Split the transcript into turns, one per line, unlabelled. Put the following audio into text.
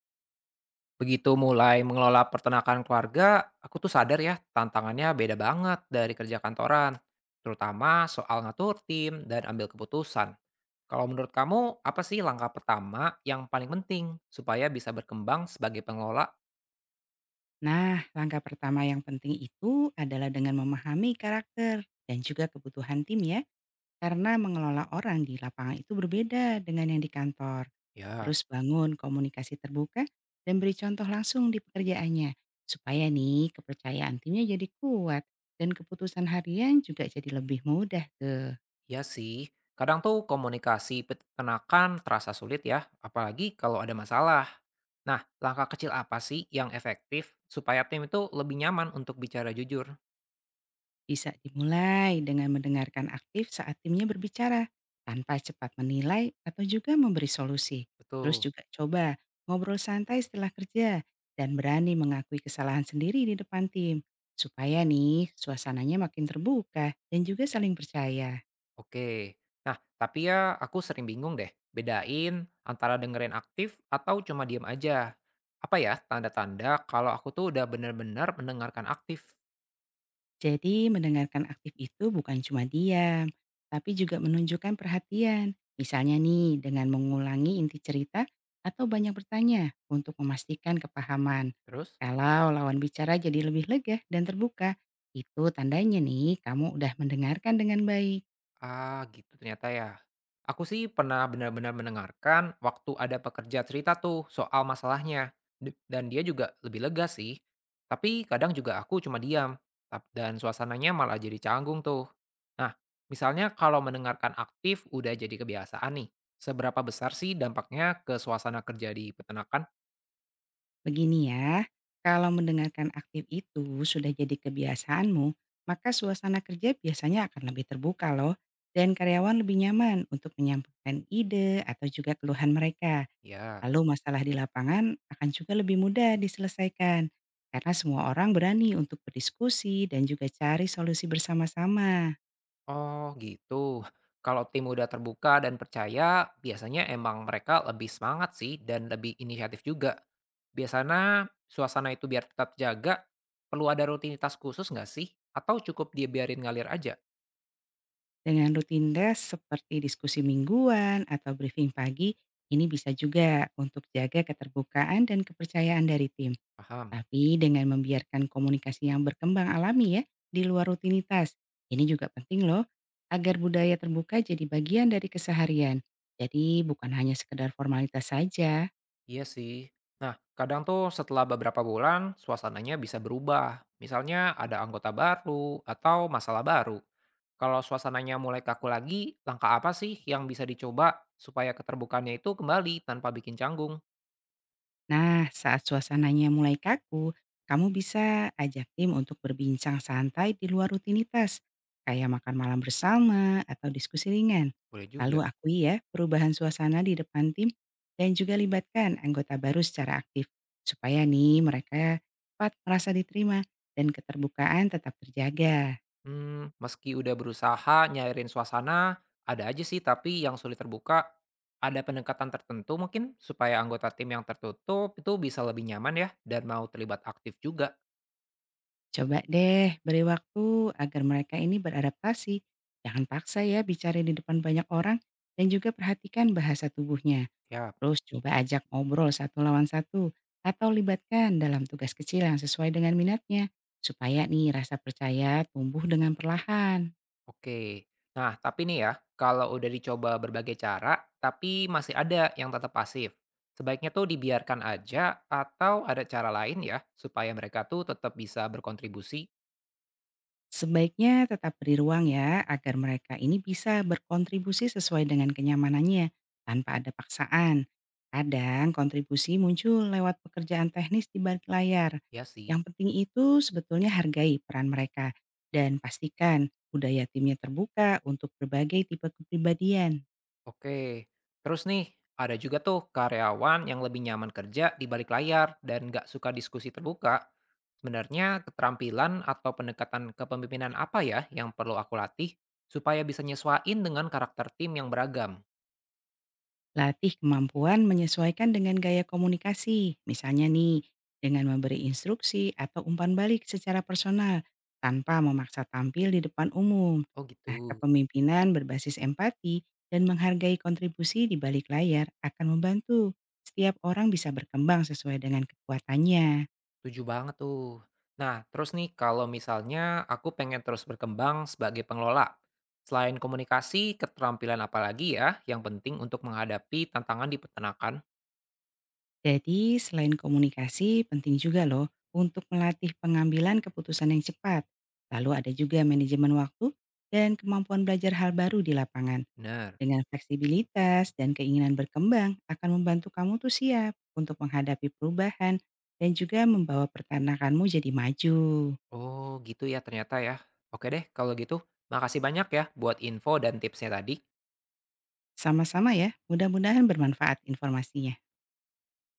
Begitu mulai mengelola peternakan keluarga, aku tuh sadar ya tantangannya beda banget dari kerja kantoran, terutama soal ngatur tim dan ambil keputusan. Kalau menurut kamu, apa sih langkah pertama yang paling penting supaya bisa berkembang sebagai pengelola?
Nah, langkah pertama yang penting itu adalah dengan memahami karakter dan juga kebutuhan tim ya, karena mengelola orang di lapangan itu berbeda dengan yang di kantor.
Ya,
Terus bangun komunikasi terbuka dan beri contoh langsung di pekerjaannya, supaya nih kepercayaan timnya jadi kuat dan keputusan harian juga jadi lebih mudah.
ya sih. Kadang tuh komunikasi peternakan terasa sulit ya, apalagi kalau ada masalah. Nah, langkah kecil apa sih yang efektif supaya tim itu lebih nyaman untuk bicara jujur?
Bisa dimulai dengan mendengarkan aktif saat timnya berbicara, tanpa cepat menilai atau juga memberi solusi. Terus
Betul.
juga coba ngobrol santai setelah kerja dan berani mengakui kesalahan sendiri di depan tim. Supaya nih suasananya makin terbuka dan juga saling percaya.
Oke. Nah, tapi ya aku sering bingung deh, bedain antara dengerin aktif atau cuma diam aja. Apa ya tanda-tanda kalau aku tuh udah bener-bener mendengarkan aktif?
Jadi mendengarkan aktif itu bukan cuma diam, tapi juga menunjukkan perhatian. Misalnya nih dengan mengulangi inti cerita atau banyak bertanya untuk memastikan kepahaman.
Terus?
Kalau lawan bicara jadi lebih lega dan terbuka, itu tandanya nih kamu udah mendengarkan dengan baik.
Ah, gitu ternyata ya. Aku sih pernah benar-benar mendengarkan waktu ada pekerja cerita tuh soal masalahnya. Dan dia juga lebih lega sih. Tapi kadang juga aku cuma diam. Dan suasananya malah jadi canggung tuh. Nah, misalnya kalau mendengarkan aktif udah jadi kebiasaan nih. Seberapa besar sih dampaknya ke suasana kerja di peternakan?
Begini ya, kalau mendengarkan aktif itu sudah jadi kebiasaanmu, maka suasana kerja biasanya akan lebih terbuka loh, dan karyawan lebih nyaman untuk menyampaikan ide atau juga keluhan mereka.
Ya.
Lalu masalah di lapangan akan juga lebih mudah diselesaikan, karena semua orang berani untuk berdiskusi dan juga cari solusi bersama-sama.
Oh, gitu. Kalau tim udah terbuka dan percaya, biasanya emang mereka lebih semangat sih dan lebih inisiatif juga. Biasanya suasana itu biar tetap jaga, perlu ada rutinitas khusus nggak sih? Atau cukup dibiarin ngalir aja?
Dengan rutinitas seperti diskusi mingguan atau briefing pagi, ini bisa juga untuk jaga keterbukaan dan kepercayaan dari tim.
Paham?
Tapi dengan membiarkan komunikasi yang berkembang alami ya, di luar rutinitas. Ini juga penting loh, agar budaya terbuka jadi bagian dari keseharian. Jadi bukan hanya sekedar formalitas saja.
Iya sih. Nah, kadang tuh setelah beberapa bulan, suasananya bisa berubah. Misalnya ada anggota baru atau masalah baru. Kalau suasananya mulai kaku lagi, langkah apa sih yang bisa dicoba supaya keterbukaannya itu kembali tanpa bikin canggung?
Nah, saat suasananya mulai kaku, kamu bisa ajak tim untuk berbincang santai di luar rutinitas, kayak makan malam bersama atau diskusi ringan.
Boleh
Lalu
juga.
akui ya perubahan suasana di depan tim dan juga libatkan anggota baru secara aktif, supaya nih mereka cepat merasa diterima dan keterbukaan tetap terjaga.
Meski udah berusaha nyairin suasana, ada aja sih tapi yang sulit terbuka. Ada pendekatan tertentu mungkin supaya anggota tim yang tertutup itu bisa lebih nyaman ya dan mau terlibat aktif juga?
Coba deh beri waktu agar mereka ini beradaptasi. Jangan paksa ya bicara di depan banyak orang dan juga perhatikan bahasa tubuhnya.
Ya.
Terus coba ajak ngobrol satu lawan satu atau libatkan dalam tugas kecil yang sesuai dengan minatnya supaya nih rasa percaya tumbuh dengan perlahan.
Oke. Nah, tapi nih ya, kalau udah dicoba berbagai cara tapi masih ada yang tetap pasif, sebaiknya tuh dibiarkan aja atau ada cara lain ya supaya mereka tuh tetap bisa berkontribusi?
Sebaiknya tetap beri ruang ya agar mereka ini bisa berkontribusi sesuai dengan kenyamanannya tanpa ada paksaan. Kadang kontribusi muncul lewat pekerjaan teknis di balik layar.
Ya
Yang
sih.
penting itu sebetulnya hargai peran mereka dan pastikan budaya timnya terbuka untuk berbagai tipe kepribadian.
Oke, terus nih ada juga tuh karyawan yang lebih nyaman kerja di balik layar dan nggak suka diskusi terbuka. Sebenarnya keterampilan atau pendekatan kepemimpinan apa ya yang perlu aku latih supaya bisa nyesuaiin dengan karakter tim yang beragam?
Latih kemampuan menyesuaikan dengan gaya komunikasi, misalnya nih, dengan memberi instruksi atau umpan balik secara personal tanpa memaksa tampil di depan umum.
Oh gitu,
Nah, kepemimpinan berbasis empati dan menghargai kontribusi di balik layar akan membantu setiap orang bisa berkembang sesuai dengan kekuatannya.
setuju banget tuh. Nah, terus nih kalau misalnya aku pengen terus berkembang sebagai pengelola, selain komunikasi, keterampilan apa lagi ya yang penting untuk menghadapi tantangan di peternakan?
Jadi, selain komunikasi, penting juga loh untuk melatih pengambilan keputusan yang cepat. Lalu ada juga manajemen waktu dan kemampuan belajar hal baru di lapangan.
Benar.
Dengan fleksibilitas dan keinginan berkembang akan membantu kamu tuh siap untuk menghadapi perubahan dan juga membawa pertanakanmu jadi maju.
Oh, gitu ya ternyata ya. Oke deh, kalau gitu makasih banyak ya buat info dan tipsnya tadi.
Sama-sama ya, mudah-mudahan bermanfaat informasinya.